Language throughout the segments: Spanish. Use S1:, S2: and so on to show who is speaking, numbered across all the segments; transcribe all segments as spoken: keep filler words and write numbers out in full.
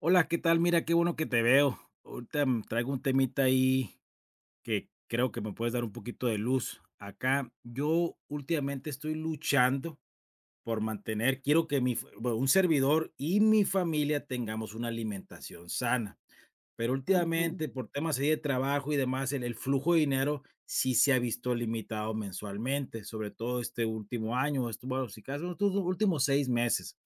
S1: Hola, ¿qué tal? Mira, qué bueno que te veo. Ahorita mm, traigo un temita ahí que creo que me puedes dar un poquito de luz. Acá yo últimamente estoy luchando por mantener, quiero que mi, fa- bueno, un servidor y mi familia tengamos una alimentación sana. Pero
S2: Ujú.
S1: últimamente, por temas así de trabajo y demás, el el flujo de dinero sí se ha visto limitado mensualmente, sobre todo este último año, esto, bueno, si acaso, estos últimos seis meses.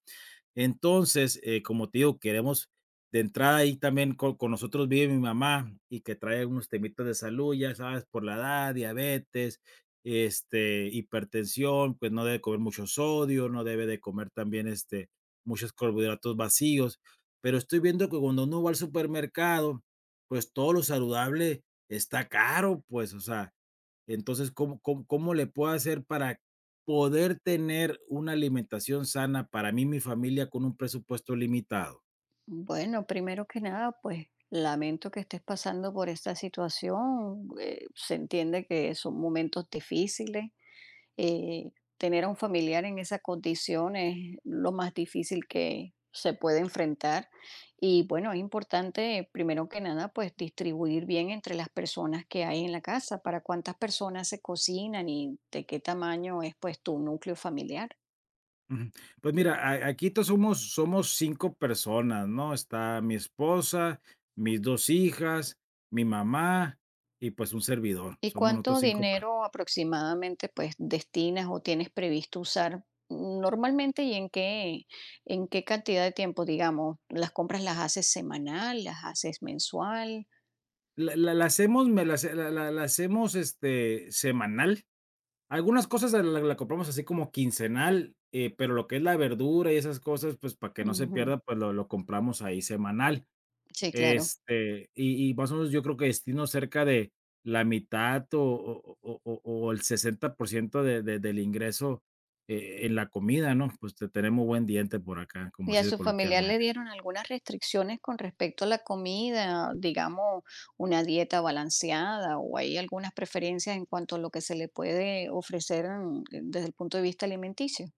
S1: Entonces, eh, como te digo, queremos de entrada ahí también con con nosotros vive mi mamá y que trae algunos temitas de salud, ya sabes, por la edad, diabetes, este, hipertensión, pues no debe comer mucho sodio, no debe de comer también, este, muchos carbohidratos vacíos. Pero estoy viendo que cuando uno va al supermercado, pues todo lo saludable está caro, pues, o sea, entonces, ¿cómo, cómo, cómo le puedo hacer para poder tener una alimentación sana para mí y mi familia con un presupuesto limitado?
S2: Bueno, primero que nada, pues lamento que estés pasando por esta situación. Eh, se entiende que son momentos difíciles. eh, Tener a un familiar en esa condición es lo más difícil que se puede enfrentar. Y bueno, es importante, primero que nada, pues distribuir bien entre las personas que hay en la casa, para cuántas personas se cocinan y de qué tamaño es pues tu núcleo familiar.
S1: Ujú. Pues mira, a- aquí todos somos, somos cinco personas, ¿no? Está mi esposa, mis dos hijas, mi mamá y pues un servidor.
S2: ¿Y
S1: Somos nosotros
S2: cuánto
S1: cinco personas.
S2: dinero aproximadamente, pues, destinas o tienes previsto usar normalmente y en qué, en qué cantidad de tiempo, digamos? ¿Las compras las haces semanal, las haces mensual?
S1: La, la- la hacemos, me la, hace- la, la- la hacemos este, semanal. Algunas cosas la la la compramos así como quincenal, eh, pero lo que es la verdura y esas cosas, pues, para que no se
S2: Ujú.
S1: pierda, pues, lo lo compramos ahí semanal.
S2: Sí, claro.
S1: Este, y y más o menos yo creo que destino cerca de la mitad o o o o o el sesenta por ciento de de del ingreso, eh, en la comida, ¿no? Pues, te tenemos buen diente por acá, como
S2: ¿Y a
S1: se
S2: su familiar le
S1: coloquialmente.
S2: dieron algunas restricciones con respecto a la comida, digamos, una dieta balanceada o hay algunas preferencias en cuanto a lo que se le puede ofrecer mm, desde el punto de vista alimenticio?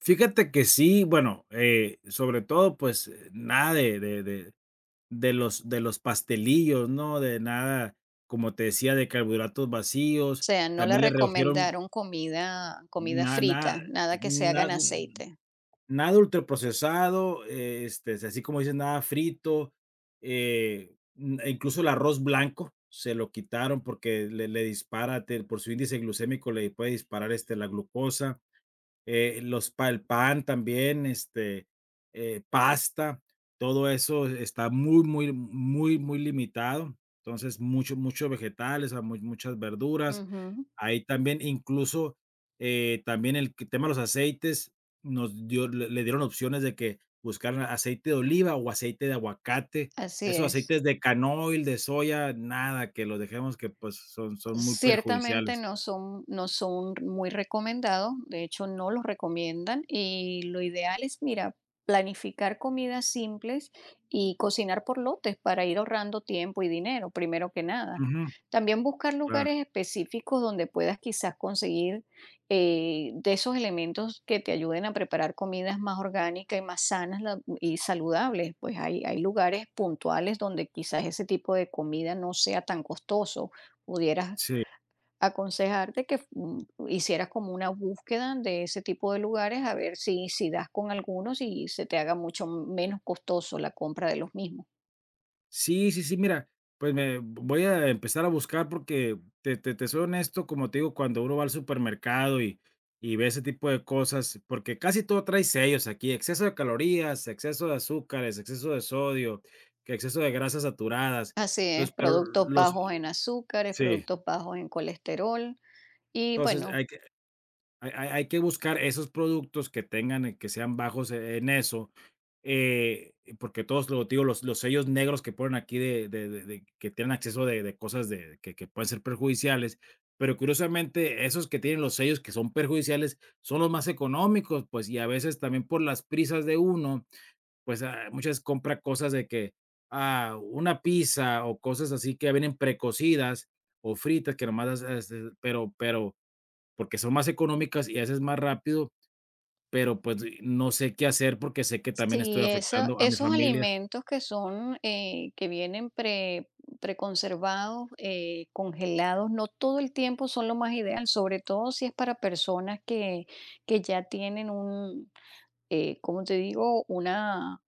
S1: Fíjate que sí, bueno, eh, sobre todo, pues, eh, nada de de de de los de los pastelillos, ¿no? De nada, como te decía, de carbohidratos
S2: O
S1: vacíos,
S2: sea, no le
S1: también le redujeron
S2: recomendaron comida comida
S1: nada
S2: frita, nada que se haga
S1: nada
S2: en
S1: nada
S2: aceite.
S1: nada ultraprocesado, eh, este, así como dices, nada frito, eh, mm, incluso el arroz blanco se lo quitaron porque le le dispara, te por su índice glucémico le puede disparar, este, la glucosa eh, los pa el pan también, este, eh, pasta, todo eso está muy, muy, muy, muy limitado. Entonces, mucho, muchos vegetales, a mu- muchas verduras.
S2: Ujú,
S1: Ahí también, incluso, eh, también el que- tema de los aceites, nos dio, le, le dieron opciones de que buscaran aceite de oliva o aceite de aguacate.
S2: así
S1: Esos
S2: es.
S1: aceites de canoil, de soya, nada, que los dejemos que pues son, son muy
S2: Ciertamente
S1: perjudiciales.
S2: no son no son muy recomendados, de hecho, no los recomiendan, y lo ideal es, mira, planificar comidas simples y cocinar por lotes para ir ahorrando tiempo y dinero, primero que nada.
S1: Ujú,
S2: También buscar
S1: claro,
S2: lugares específicos donde puedas quizás conseguir, eh, de esos elementos que te ayuden a preparar comidas más orgánicas y más sanas la y saludables. Pues hay hay lugares puntuales donde quizás ese tipo de comida no sea tan costoso. Pudieras
S1: sí.
S2: aconsejarte que mm, hicieras como una búsqueda de ese tipo de lugares a ver si, si das con algunos y se te haga mucho menos costoso la compra de los mismos.
S1: Sí, sí, sí, mira, pues me voy a empezar a buscar porque te te te soy honesto, como te digo, cuando uno va al supermercado y y ve ese tipo de cosas, porque casi todo trae sellos aquí, exceso de calorías, exceso de azúcares, exceso de sodio, que exceso de grasas saturadas.
S2: Así
S1: Entonces,
S2: es,
S1: pero
S2: productos
S1: los
S2: bajos en azúcares,
S1: sí,
S2: productos bajos en colesterol y
S1: entonces
S2: bueno,
S1: hay que Hay hay hay que buscar esos productos que tengan eh, que sean bajos e- en eso, eh, porque todos, lo digo, los los sellos negros que ponen aquí de de de de que tienen acceso de de cosas de que que pueden ser perjudiciales, pero curiosamente, esos que tienen los sellos que son perjudiciales son los más económicos, pues, y a veces también por las prisas de uno, pues, ah, muchas compra cosas de que, ah, una pizza o cosas así que ya vienen precocidas o fritas que nomás las haces, pero pero porque son más económicas y haces más rápido, pero, pues, no sé qué hacer porque sé que también estoy
S2: si esa-
S1: afectando a mi
S2: esos
S1: familia.
S2: alimentos que son, eh, que vienen pre, preconservados, eh, congelados, no todo el tiempo son lo más ideal, sobre todo si es para personas que, que ya tienen un, eh, ¿cómo te digo? Una,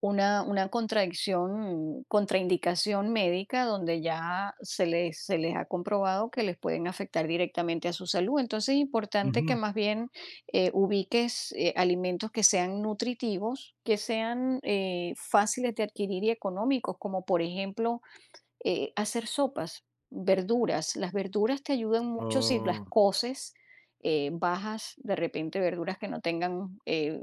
S2: una, una contradicción, contraindicación médica donde ya se les, se les ha comprobado que les pueden afectar directamente a su salud. Entonces es importante
S1: Ujú.
S2: que más bien eh, ubiques eh, alimentos que sean nutritivos, que sean eh, fáciles de adquirir y económicos, como por ejemplo eh, hacer sopas, verduras. Las verduras te ayudan mucho si las
S1: Oh,
S2: coces, eh, bajas de repente verduras que no tengan eh,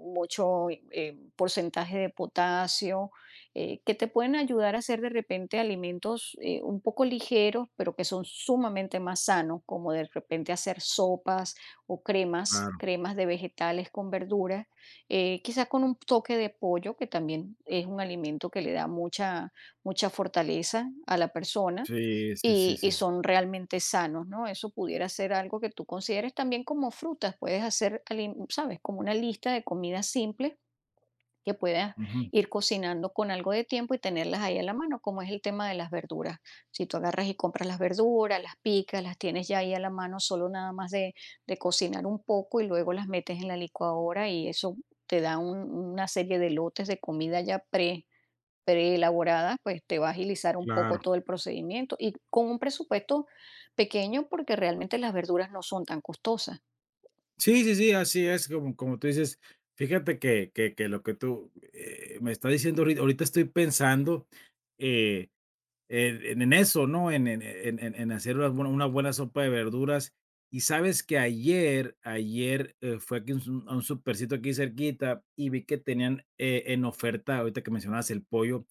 S2: mucho eh, porcentaje de potasio, eh, que te pueden ayudar a hacer de repente alimentos eh, un poco ligeros, pero que son sumamente más sanos, como de repente hacer sopas o cremas,
S1: claro.
S2: cremas de vegetales con verduras, eh, quizás con un toque de pollo, que también es un alimento que le da mucha mucha fortaleza a la persona
S1: Sí, sí, sí,
S2: y, y
S1: sí, sí.
S2: son realmente sanos, ¿no? Eso pudiera ser algo que tú consideres también como frutas. Puedes hacer, alim- sabes, como una lista de comidas simples que puedas
S1: Ujú,
S2: ir cocinando con algo de tiempo y tenerlas ahí a la mano, como es el tema de las verduras. Si tú agarras y compras las verduras, las picas, las tienes ya ahí a la mano, solo nada más de, de cocinar un poco y luego las metes en la licuadora y eso te da un- una serie de lotes de comida ya preelaboradas, pues te va a agilizar un poco
S1: claro.
S2: todo el procedimiento y con un presupuesto pequeño porque realmente las verduras no son tan costosas.
S1: Sí, sí, sí, así es, como como tú dices, fíjate que que que lo que tú, eh, me estás diciendo ahori ahorita estoy pensando, eh eh, en en eso, ¿no? En en en en en hacer unas buen una buena sopa de verduras. Y sabes que ayer ayer, eh, fui aquí un su a un supercito aquí cerquita y vi que tenían, eh, en oferta, ahorita que mencionabas el pollo,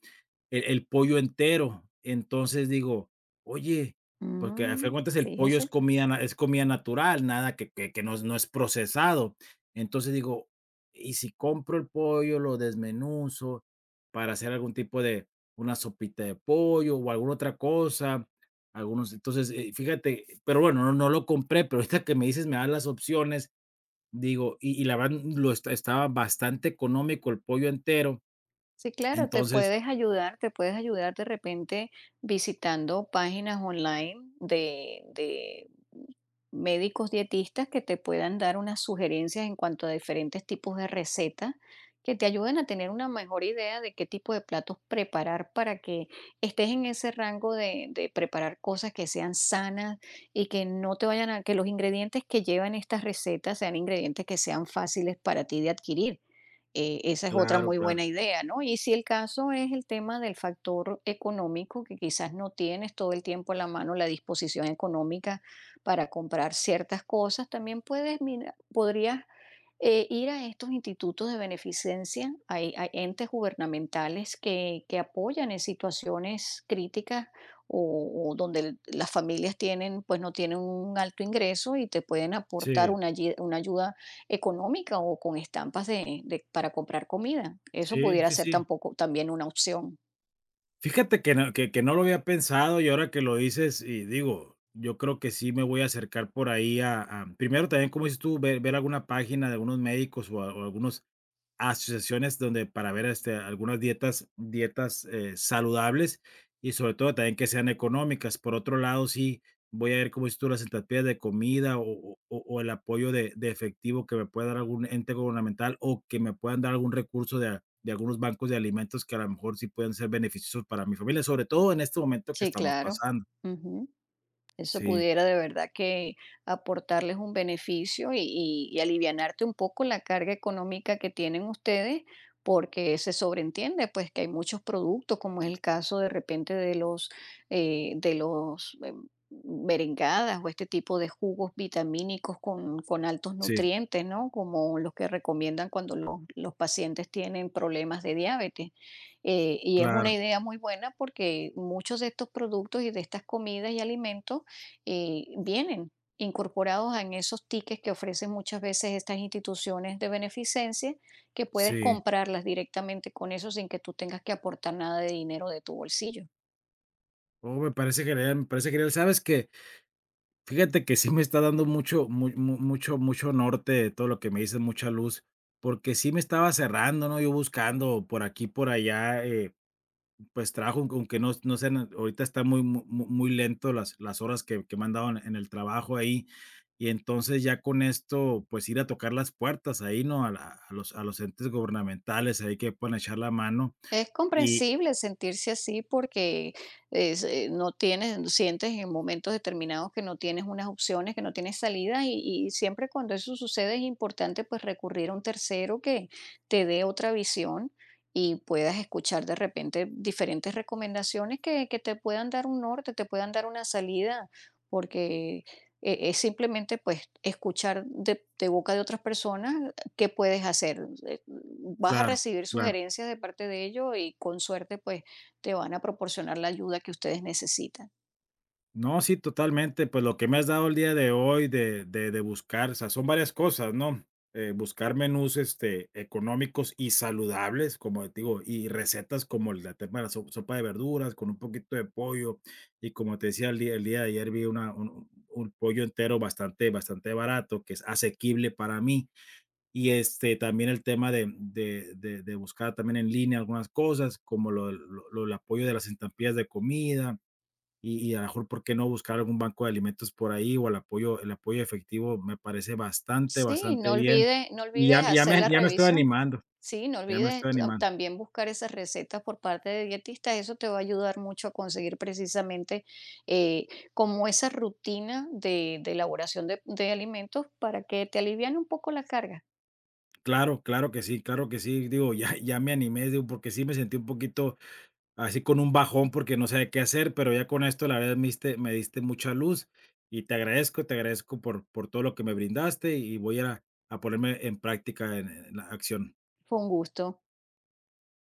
S1: el el pollo entero. Entonces digo: "Oye", porque a fin de
S2: Mm,
S1: cuentas el pollo es
S2: fíjese.
S1: comida na es comida natural, nada que que que no es no es procesado. Entonces digo: "Y si compro el pollo, lo desmenuzo para hacer algún tipo de una sopita de pollo o alguna otra cosa", algunos entonces, eh, fíjate, pero bueno, no no lo compré, pero ahorita que me dices, me das las opciones, digo, y y la verdad lo esta estaba bastante económico el pollo entero,
S2: Sí, claro, te
S1: entonces
S2: puedes ayudar, te puedes ayudar de repente visitando páginas online de, de médicos dietistas que te puedan dar unas sugerencias en cuanto a diferentes tipos de recetas que te ayuden a tener una mejor idea de qué tipo de platos preparar para que estés en ese rango de, de preparar cosas que sean sanas y que no te vayan a, que los ingredientes que llevan estas recetas sean ingredientes que sean fáciles para ti de adquirir. Eh, esa es otra
S1: claro,
S2: muy
S1: claro.
S2: buena idea, ¿no? Y si el caso es el tema del factor económico, que quizás no tienes todo el tiempo a la mano la disposición económica para comprar ciertas cosas. También puedes mirar, podrías eh, ir a estos institutos de beneficencia. Hay, hay entes gubernamentales que, que apoyan en situaciones críticas o, o donde el- las familias tienen, pues no tienen un alto ingreso y te pueden aportar
S1: Sí.
S2: una, ayi- una ayuda económica o con estampas de, de- para comprar comida. Eso
S1: Sí,
S2: pudiera
S1: sí,
S2: ser
S1: sí.
S2: tampoco también una opción.
S1: Fíjate que no que que no lo había pensado y ahora que lo dices, y digo, yo creo que sí me voy a acercar por ahí a a primero también, como dices tú, ver ver alguna página de algunos médicos o a o algunos asociaciones donde para ver, este, algunas dietas dietas, eh, saludables y sobre todo también que sean económicas. Por otro lado, sí voy a ver, como dices tú, las sentapiés de comida o o o el apoyo de de efectivo que me pueda dar algún ente gubernamental o que me puedan dar algún recurso de a de algunos bancos de alimentos que a lo mejor sí pueden ser beneficiosos para mi familia, sobre todo en este momento que
S2: Sí,
S1: estamos
S2: claro.
S1: pasando.
S2: Ujú. Eso
S1: Sí,
S2: pudiera de verdad que aportarles un beneficio y, y- y alivianarte un poco la carga económica que tienen ustedes, porque se sobreentiende pues que hay muchos productos, como es el caso de repente de los eh, de los eh, berengadas o este tipo de jugos vitamínicos con, con altos
S1: sí,
S2: nutrientes, ¿no? Como los que recomiendan cuando los, los pacientes tienen problemas de diabetes. Eh, y es
S1: claro,
S2: una idea muy buena porque muchos de estos productos y de estas comidas y alimentos eh, vienen incorporados en esos tickets que ofrecen muchas veces estas instituciones de beneficencia, que puedes
S1: sí.
S2: comprarlas directamente con eso sin que tú tengas que aportar nada de dinero de tu bolsillo.
S1: Oh, me parece genial, me parece genial. ¿Sabes qué? Fíjate que sí me está dando mucho mu mu mucho mucho norte todo lo que me dices, mucha luz, porque sí me estaba cerrando, ¿no? Yo buscando por aquí, por allá, eh, pues, trabajo, aunque aunque no no sean eh, ahorita está muy mu mu muy lento las las horas que que me han dado en en el trabajo ahí. Y entonces, ya con esto, pues, ir a tocar las puertas ahí, ¿no? A la a los a los entes gubernamentales ahí que puedan echar la mano
S2: Es
S1: y
S2: comprensible sentirse así porque es, eh, no tienes, no sientes en momentos determinados que no tienes unas opciones, que no tienes salida y, y siempre cuando eso sucede es importante pues recurrir a un tercero que te dé otra visión y puedas escuchar de repente diferentes recomendaciones que, que te puedan dar un norte, te puedan dar una salida, porque eh, es simplemente pues escuchar de, de boca de otras personas ¿qué puedes hacer? Eh, Vas a
S1: claro,
S2: recibir
S1: claro.
S2: sugerencias de parte de ellos y con suerte pues te van a proporcionar la ayuda que ustedes necesitan.
S1: No, sí, totalmente. Pues lo que me has dado el día de hoy de, de, de buscar, o sea, son varias cosas, ¿no? Eh, buscar menús este, económicos y saludables, como te digo, y recetas como el tema de la so- sopa de verduras con un poquito de pollo. Y como te decía el día, el día de ayer, vi una, un, un pollo entero bastante, bastante barato, que es asequible para mí. Y este, también el tema de, de, de, de buscar también en línea algunas cosas, como lo, lo, lo- el apoyo de las estampillas de comida y, y a lo mejor por qué no buscar algún banco de alimentos por ahí o el apoyo, el apoyo efectivo me parece bastante,
S2: Sí,
S1: bastante
S2: no
S1: bien.
S2: olvides, no
S1: Y ya,
S2: olvides
S1: ya
S2: hacer
S1: me,
S2: la
S1: ya me estoy
S2: revisión.
S1: animando,
S2: Sí, no
S1: ya me
S2: olvides
S1: estoy
S2: tam-
S1: animando.
S2: también buscar esas recetas por parte de dietistas. Eso te va a ayudar mucho a conseguir precisamente eh, como esa rutina de, de elaboración de, de alimentos para que te alivian un poco la carga.
S1: Claro, claro que sí, claro que sí. Digo, ya, ya me animé, digo, porque sí me sentí un poquito así con un bajón porque no sabía qué hacer, pero ya con esto la verdad me diste, me diste mucha luz y te agradezco, te agradezco por, por todo lo que me brindaste y voy a, a ponerme en práctica en en la acción.
S2: Fue un gusto.